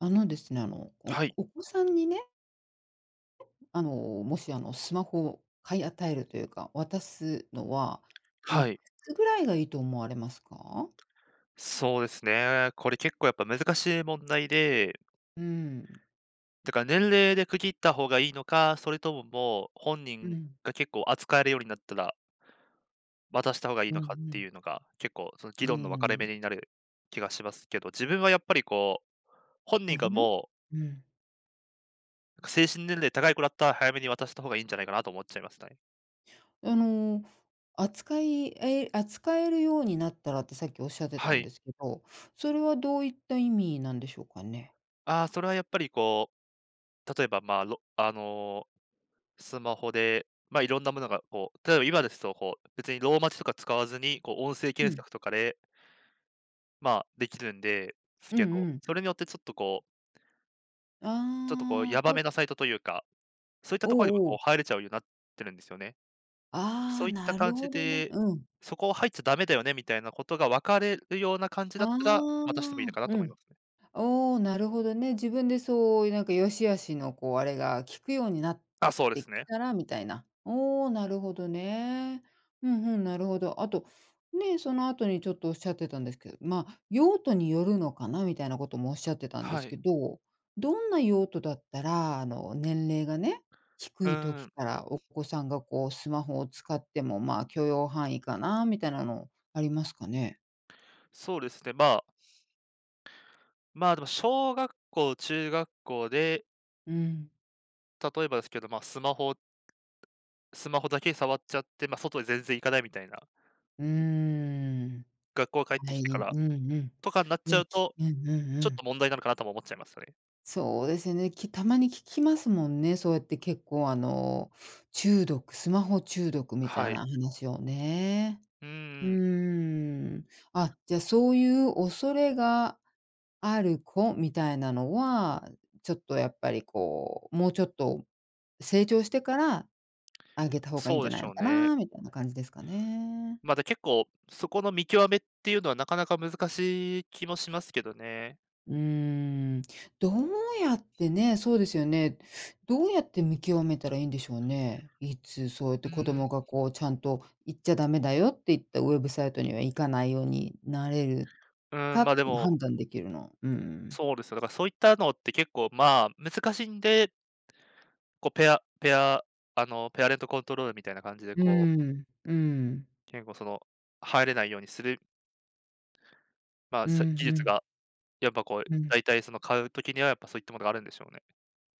あのですね、あの、おはい、お子さんにね、あの、もしあの、スマホを買い与えるというか、渡すのは、いはくい。つぐらいがいいと思われますか？そうですね。これ結構やっぱ難しい問題で、うん。だから年齢で区切った方がいいのか、それとももう本う人ん。が結構扱えるようになったら渡した方がいいうんのうかってん。いうのが、結構その議う論の分かれ目ん。になる気がしますけど、自分はやっぱりこう、本うん。人がうんもうんう精神年齢高い子だったら早めに渡した方がいいんじゃないかなと思っちゃいますね。あの、扱えるようになったらってさっきおっしゃってたはんい。ですけど、それはどういった意味なんでしょうかね？ああ、それはやっぱりこう、例えばまあ、ろあのースマホで、まあ、いろんなものがこう、例えば今ですと、こう、別にローマ字とか使わずに、こう音声う検ん。索とかで、まあ、できるんですうんうけど、ん。それによってちょっとこうあやあ、ばほめなサイトというか、そういったおところにもうおこう。う入れちゃうようになってるんですよね。あそあ、ういったなる感じほどね。で、うん。そこ入っちゃダメだよねみたいなことが分かれるような感じあだったら、渡してもいいあ、のかなうと思いん。ますね。おお、なるほどね。自分でそういうなんか良し悪しのこうあれが効くようになっあ、そうでてきすね。たらみたいな。おお、なるほどね。うんうん、なるほど。あと、ね、その後にちょっとおっしゃってたんですけど、まあ、用途によるのかなみたいなこともおっしゃってたんではすけい。ど、どんな用途だったら、年齢がね、う低いー時ん、からお子さんがこうスマホを使っても、まあ、許容範囲かなみたいなのありますかね？そうですね、まあ、でも小学校、中学校で、うん。例えばですけど、ま、スマホだけ触っちゃって、まあ、外へ全然行かないみたいな、うーん。学校帰ってはきい、てからうんうん。とかになっいちゃや、うきと、うんうんうちょっん。と問題なのかなとも思っちゃいますよね。そうですね、たまに聞きますもんね、そうやって結構中毒スマホ中毒みたはいい。な話をね。うんううん。ーん。あ、じゃ、そういう恐れがある子みたいなのは、ちょっとやっぱりこう、もうちょっと成長してからあげた方がいいんそうじゃでなしいのょうかね。なみたいな感じですかね。ま、結構そこの見極めっていうのはなかなか難しい気もしますけどね。うーん、どうやってね、そうですよね。どうやって見極めたらいいんでしょうね。いつそうやってう子ん。供がこうちゃんと行っちゃダメだよって言ったウェブサイトには行かないようになれるうかん、ま、っでても、判断できるの。うん。そうですよ。だからそういったのって結構、まあ、難しいんで、こうペアペアペアレントコントロールみたいな感じでうこう、ん。うん。結構その、入れないようにする、まあ、うん技う術ん。がやっぱこう、うん。大体その買う時にはやっぱそういったものがあるんでしょうね。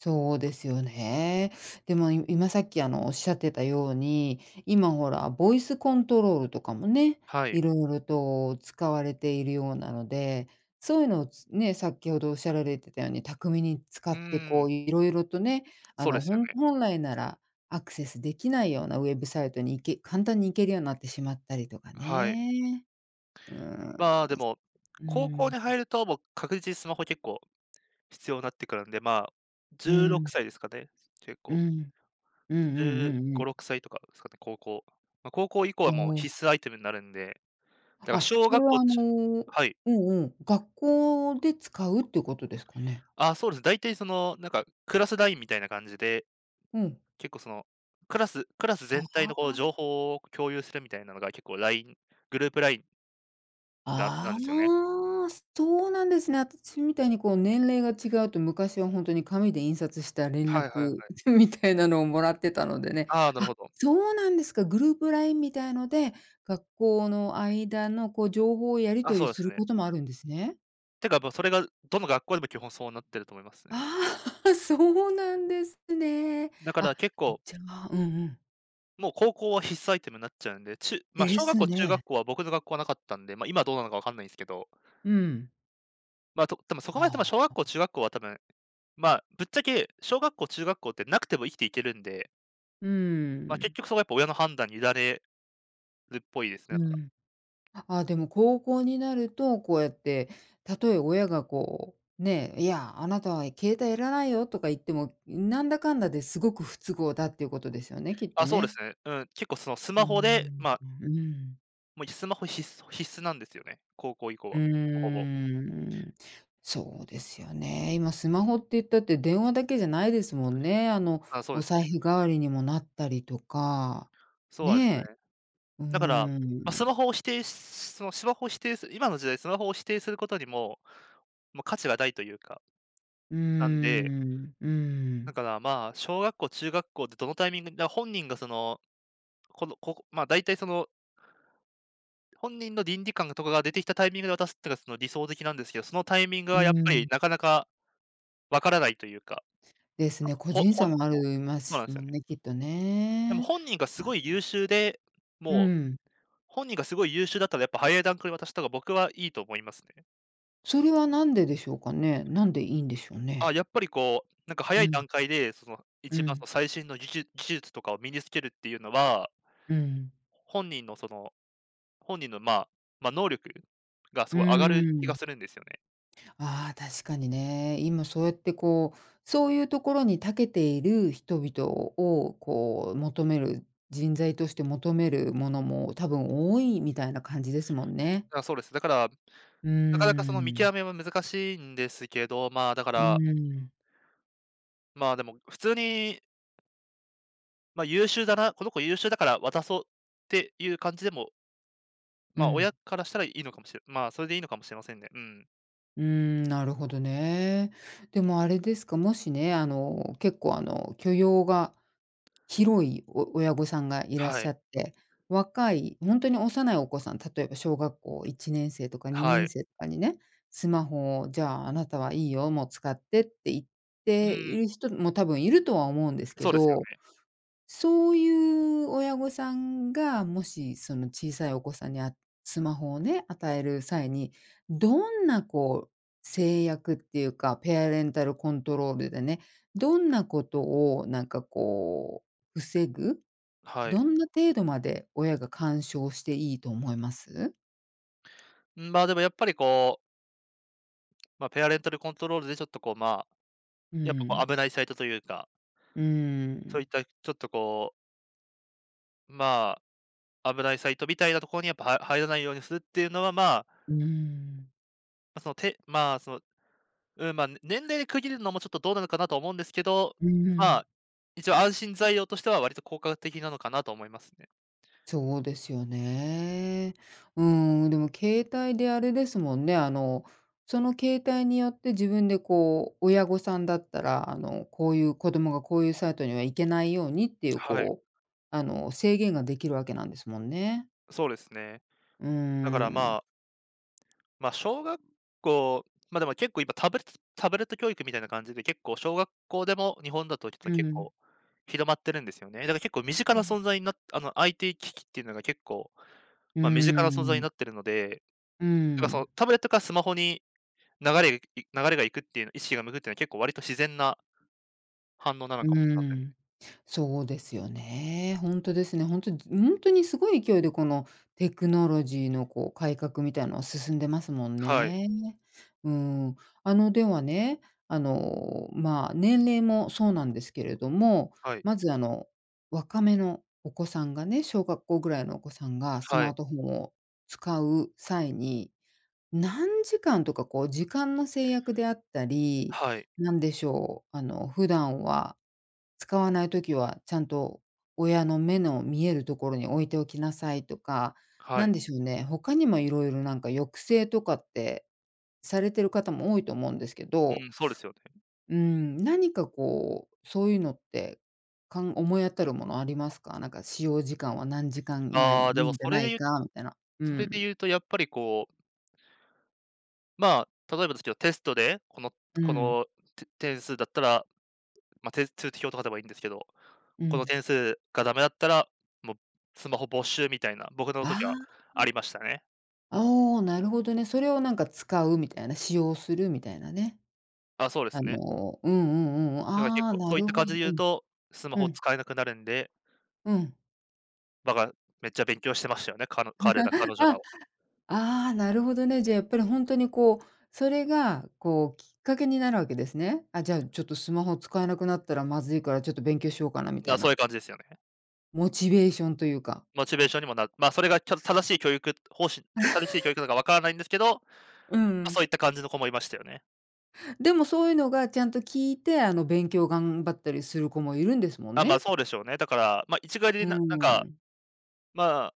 そうですよね。でも、今さっき、おっしゃってたように、今ほら、ボイスコントロールとかもね、はい。いろいろと使われているようなので、そういうのを先ほどおっしゃられてたように、巧みに使うーって、こん、う、いろいろとね、そうですほよんね。本来ならアクセスできないようなウェブサイトに行けるようになってしまったりとかはい。ね。うーん、まあ、でも、う高校ん、に入るともう確実にスマホ結構必要になってくるんで、まあ、う16ん、歳ですかね、結う構。ん、うんうんうんうんう15、ん。6歳とかですかね、高校。まあ、高校以降はそもうう。必須アイテムになるんで、だからあ、小それ学校はあのはい。うんうん、学校で使うっていうことですかね？あ、そうです。大体その、なんかクラスラインみたいな感じで、うん。結構その、クラスあ全体のこう情あ。報を共有するみたいなのが結構ライングループラインだなんあですよね。あ、そうなんですね。私みたいにこう年齢が違うと、昔はほんとに紙で印刷した連はいは絡 いはい。みたいなのをもらってたのでね。ああ、なるあ、ほど。そうなんですか。グループ LINE みたいので、学校の間のこう情報をやりあ、取りそうですするね。こともあるんですね。てか、ま、それがどの学校でも基本そうなってると思いますね。ああ、そうなんですね。だからあ、結構、じゃあうんうん。もう高校は必須アイテムになっちゃうんで、まあ、で小学す校、中学ね。校は僕の学校はなかったんで、まあ、今どうなのかわかんないんですけど、うん。まあ、多分そこまで多分あ小あ。学校、中学校は多分、まあ、ぶっちゃけ小学校、中学校ってなくても生きていけるんで、うまあ、結ん。局そこはやっぱ親の判断に委ねるっぽいですね、だうから。ん。あ、でも高校になると、こうやって、たとえ親がこう、ね、「いや、あなたは携帯いらないよ」とか言っても、なんだかんだですごく不都合だっていうことですよね、きっとあ、そうでね。すね。うん、結構そのスうーマん、ホで、まあ、うん。もうスマホ必須なんですよね、高校以降うは、ほぼほぼ。ーん。そうですよね。今スマホって言ったって電話だけじゃないですもんね。あ、そうでおす。財布代わりにもなったりとか、そうなんですよねえ。ね。うだから、ーまあ、スん。マホを否定すそのスマホを否定する今の時代、スマホを否定することにも、まあ、価値がないというか、うーなんで、ん、うだん、からまあ、小学校、中学校でどのタイミングだから本人がその、このここまあ、大体その、本人の倫理観とかが出てきたタイミングで渡すっていうのがその理想的なんですけど、そのタイミングうはやっぱりん、なかなかわからないというか、ですね、個人差そう、もあそりまうなんすですよもね。んね、きっとでもね。本人がすあ、ごい優秀で、うもう、ん。本人がすごい優秀だったらやっぱ早い段階で渡した方が僕はいいと思いますね。それはなんででしょうかね？なんでいいんでしょうあ、ね？やっぱりこう、なんか早ういん、段階で、そのう一番そん、の最新の技術とかを身につけるっていうのは、うん、本人のその、本人のまあ、能力がすうごい上がるー気がするん。んですよね。ああ、確かにね。今そうやってこう、そういうところに長けている人々をこう求める、人材として求めるものも多分多いみたいな感じですもんね。あ、そうです。だから、うーなかなかその見ん、極めは難しいんですけど、まあ、だかうら、ーん、まあ、でも普通に、ま、優秀だな、この子優秀だから渡そうっていう感じでも、うま、ん。親からしたらいいのかもしれまあ、それでいいのかもしれませんね。うん。うーん、なるほどね。でもあれですか、もしね、あの、結構あの、許容が広い親御さんがいらっはしい。ゃって、若い、ほんとに幼いお子さん、例えば小学校1年生とかは2い。年生とかにね、スマホをじゃあ、あなたはいいよ、もう使ってって言っうていん、る人も多分いるとは思うんですけそうですよど、ね。そういう親御さんが、もしその小さいお子さんにスマホをね、与える際に、どんなこう、制約っていうか、ペアレンタルコントロールでね、どんなことをなんかこう、防ぐ？はい。どんな程度まで親が干渉していいと思います？まあ、でもやっぱりこうまあ、ペアレンタルコントロールでちょっとこう、まあ、うやっぱこん。う危ないサイトというか、うーそういん。ったちょっとこう、まあ、危ないサイトみたいなところにやっぱは入らないようにするっていうのは、まあ、うーん。ま、その手まあ、その、うん、まあ、年齢で区切るのもちょっとどうなのかなと思うんですけど、うーまん。あ、一応安心材料としては割と効果的なのかなと思いますね。そうですよね。うーん、でも携帯であれですもんね、その携帯によって自分でこう、親御さんだったら、あの、こういう子供がこういうサイトには行けないようにっていうはい、こう、制限ができるわけなんですもんね。そうですね。うーだからまあ、ん。まあ、小学校ま、でも結構今タブレット教育みたいな感じで結構小学校でも日本だとう結ん。構広まってるんですよね。だから結構身近うなん。存在になあの、IT 機器っていうのが結構、うーま、身近な存在にん。なってるので、うーだからそのん。タブレットからスマホに流れが行くっていうの意識が向くっていうのは結構割と自然な反応なのうかもしれーませんね。ん、そうですよね。本当ですね。本当本当にすごい勢いでこのテクノロジーのこう改革みたいのは進んでますもんはい、ね。うん。あの、ではね、まあ、年齢もそうなんですけれども、はい、まずあの、若めのお子さんがね、小学校ぐらいのお子さんがスはマーい、トフォンを使う際に、何時間とかこう時間の制約であったり、はい、なんでしょう、普段は使わないときはちゃんと親の目の見えるところに置いておきなさいとか、はなんい。でしょうね、他にもいろいろなんか抑制とかってされてる方も多いと思うんですけうど、ん、そうですよね。うん、何かこう、そういうのって、思い当たるものありますか？なんか使用時間は何時間以内ああ、でにいいもんじゃそれなでいゆかみたいな。うそれでん、言うとやっぱりこう、まあ、例えばですけど、テストでこのうこん、の、点数だったら、ま、通知表とかでもいいんですけど、うこのん。点数がダメだったら、もうスマホ没収みたいな、僕のあ時はああ、りましたね。あ、お、なるほどね。それをなんか使うみたいな、使用するみたいなね。あ、そうであすね。のうんうんうんだから結ああ、構なそういっるたほ感ど。じで言ううん、と、スマうホん、使えなくなるんで、うん。バがめっちゃ勉強してましたよね、彼ら彼女らあ、は。ああ、なるほどね。じゃあ、やっぱりほんとにこう、それがこうきっかけになるわけですね。あ、じゃあ、ちょっとスマホ使えなくなったらまずいから、ちょっと勉強しようかなみたな、いそういな。う感じですよね。モチベーションというか。モチベーションにもなまあ、それが正しい教育なのかわからないんですけど、ま、うん。そういった感じの子もいましたよね。でもそういうのがちゃんと効いて、勉強頑張ったりする子もいるんですもんあ、まあ、ね。そうでしょうね。だから、ま、一概うにーななんか、ん。まあ、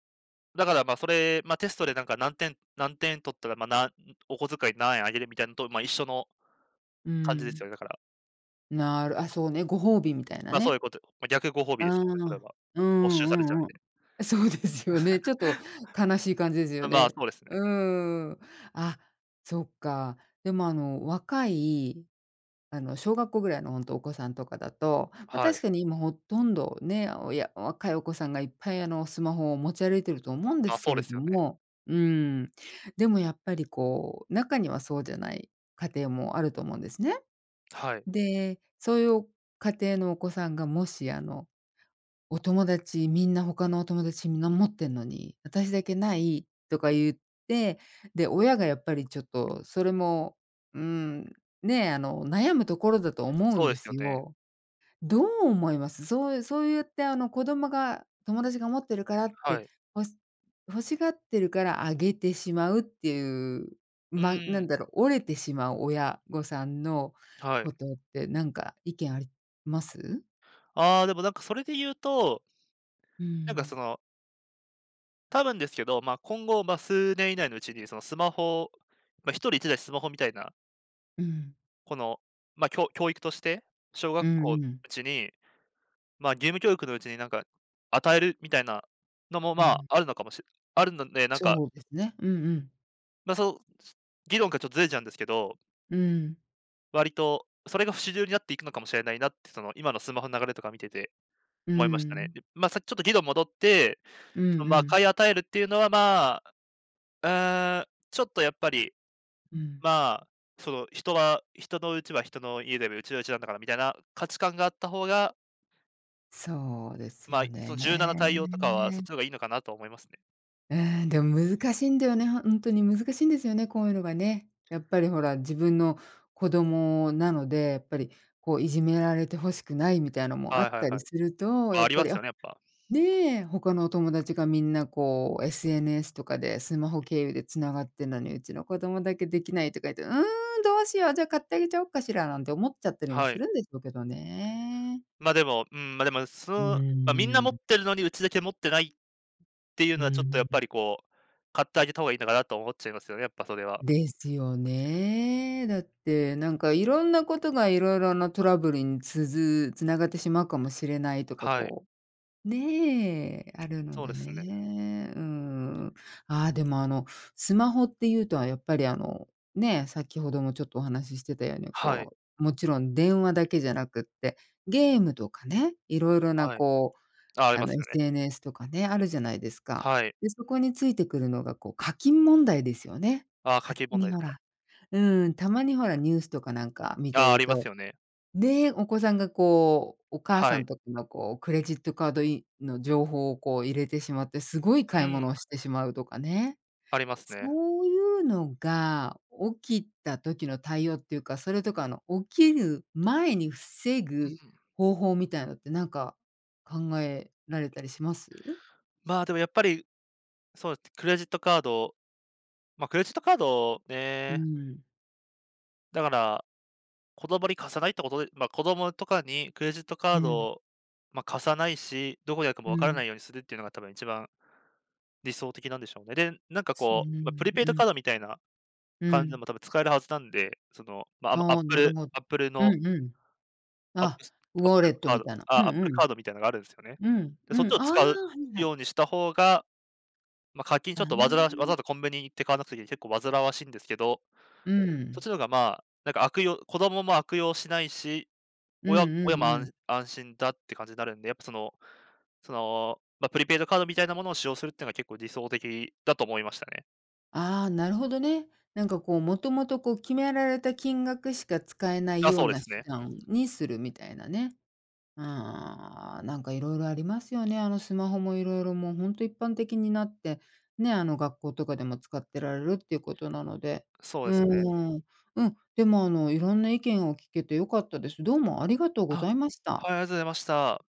だから、ま、それ、ま、テストでなんか何点取ったら、ま、お小遣い何円あげるみたいのと、ま、一緒のう感じですん。よね、だから。なるあ、そうね、ご褒美みたいなま、あそういうね。ことま、逆ご褒美あですよね、それあ、は。うんう没収されちゃんううんん。で。そうですよね。ちょっと悲しい感じですあ、よまあ、ね。そうですね。うーん。あ、そっか。でも若い、あの、小学校ぐらいのほんとお子さんとかだと、ま、はい。確かに今ほとんどね、若いお子さんがいっぱいあの、スマホを持ち歩いてると思うんでまあ、すそけうでれすどよね。も、うーん。でもやっぱりこう、中にはそうじゃない家庭もあると思うんですね。はい。で、そういう家庭のお子さんがもしあのお友達みんな他のお友達みんな持ってんのに、私だけないとか言って、で、親がやっぱりちょっとそれも、うん、ね、あの、悩むところだと思うそんうでですよすね。よ。どう思います？そうそう言ってあの、子供が友達が持ってるからっはて、い。ほし欲しがってるからあげてしまうっていう、うま、ーなんん、だろう、折れてしまう親御さんのはい。ことってなんか意見あります？ああ、でもなんかそれで言うと、うなんかん、その、多分ですけど、ま、今後、ま、数年以内のうちにそのスマホ、ま、1人一台スマホみたいな、うん、この、ま、教育として、小う学ん校のううん。ちに、ま、義務教育のうちになんか与えるみたいなのも、うまあ、ん、あるのかもしあるので、なんかそうですね。うんうん。まあ、そう、議論がちょっとずれちゃうんですけど、うん。割とそれが主流になっていくのかもしれないなって、その、今のスマホの流れとか見ててう思いましたね。ん。で、まあ、さっきちょっと議論戻って、うそんの、うまあ、ん。買い与えるっていうのは、まあ、うーん、ちょっとやっぱり、うん。まあ、その、人は人のうちは人の家で、うちはうちなんだからみたいな価値観があった方が、そうですまあ、よね。その柔軟な対応とかはそっちの方がいいのかなと思いますね。うーん、でも難しいんだよね、ほんとに難しいんですよね、こういうのがね。やっぱりほら、自分の子供なので、やっぱりこういじめられて欲しくないみたいのもあはいっはたいりはい。すると、まあ、やっありぱまり、すあ、よね、やっぱ。で、他のお友達がみんなこう SNS とかでスマホ経由でつながってんのに、うちの子供だけできないとか言って、うーん、どうしよう、じゃあ買ってあげちゃおっかしらなんて思っちゃったりもはすい。るんでしょうけどね。ま、でも、うん、ま、でも、その、うまあ、みんなー持っん、てるのにうちだけ持ってないっっていううのはちーょっとやっぱん。りこう、買ってあげた方がいいのかなと思っちゃいますよね、やっぱそれは。ですよね。だってなんかいろんなことがいろいろなトラブルにつながってしまうかもしれないとかはい。こうねえ、あるのそうでですね。ね。うん。ああ、でもスマホっていうとはやっぱりあの、ね、先ほどもちょっとお話ししてたように、はい、こう、もちろん電話だけじゃなくって、ゲームとかね、いろいろなはい。こう、ああ、りますよね。SNS とかね、あるじゃないですか。はい。で、そこについてくるのがこう、課金問題ですよね。ああ、家勝計手問に題ですほか。ら、うん、たまにほらニュースとかなんか見てああ、あるりまとすよね。でお子さんがこう、お母はさんい。とかのこう、クレジットカードの情報をこう入れてしまって、すごいう買い物ん、をしてしまうとかね。ありますね。そういうのが起きた時の対応っていうか、それとか起きる前に防うぐんうん。方法みたいのってなんか考えられたりします？まあ、でもやっぱり、そうです、クレジットカード、ま、クレジットカードうね、ん、だから、子供に貸さないってことでま、子供とかにクレジットカうードん、を、まあ、貸さないし、どこにあるかもうわからなん。いようにするっていうのが多分一番理想的なんでしょうね。で、なんかすうこう、ま、プんリペイうドカードんみたいなう感じでん。も多分使えるはずなんで、その、ま、あの、アあッあ、プなるルほど。アップルうのんうん。アッあ、プスアッウォプレルのットカーみドたいな。うんあ、アップうルん。カードみたいなのがあるんすよね。うん、で、うそっちん、をあ使うあ、はいはよい。うにした方が、ま、課金あちょっと煩わしわあ、ざわざコンビニ行って買わなくていい、結構煩わしいんですけど、うそっん。ちの方が、まあ、なんか子供も悪用しないし、う親んう親もんうん。安心だって感じになるんで、やっぱその、ま、プリペイドカードみたいなものを使用するっていうのが結構理想的だと思いましたね。ああ、なるほどね。なんかこう、もともとこう決められた金額しか使えないあ、よそううでなす手ね。段にするみたいなね。ああ、なんかいろいろありますよね。あのスマホもいろいろもうほんと一般的になって、ね、あの学校とかでも使ってられるっていうことなので。そううですね。ーん。うん、でもいろんな意見を聞けて良かったです。どうもありがとうごあ、ざいました。はい、ありがとうございました。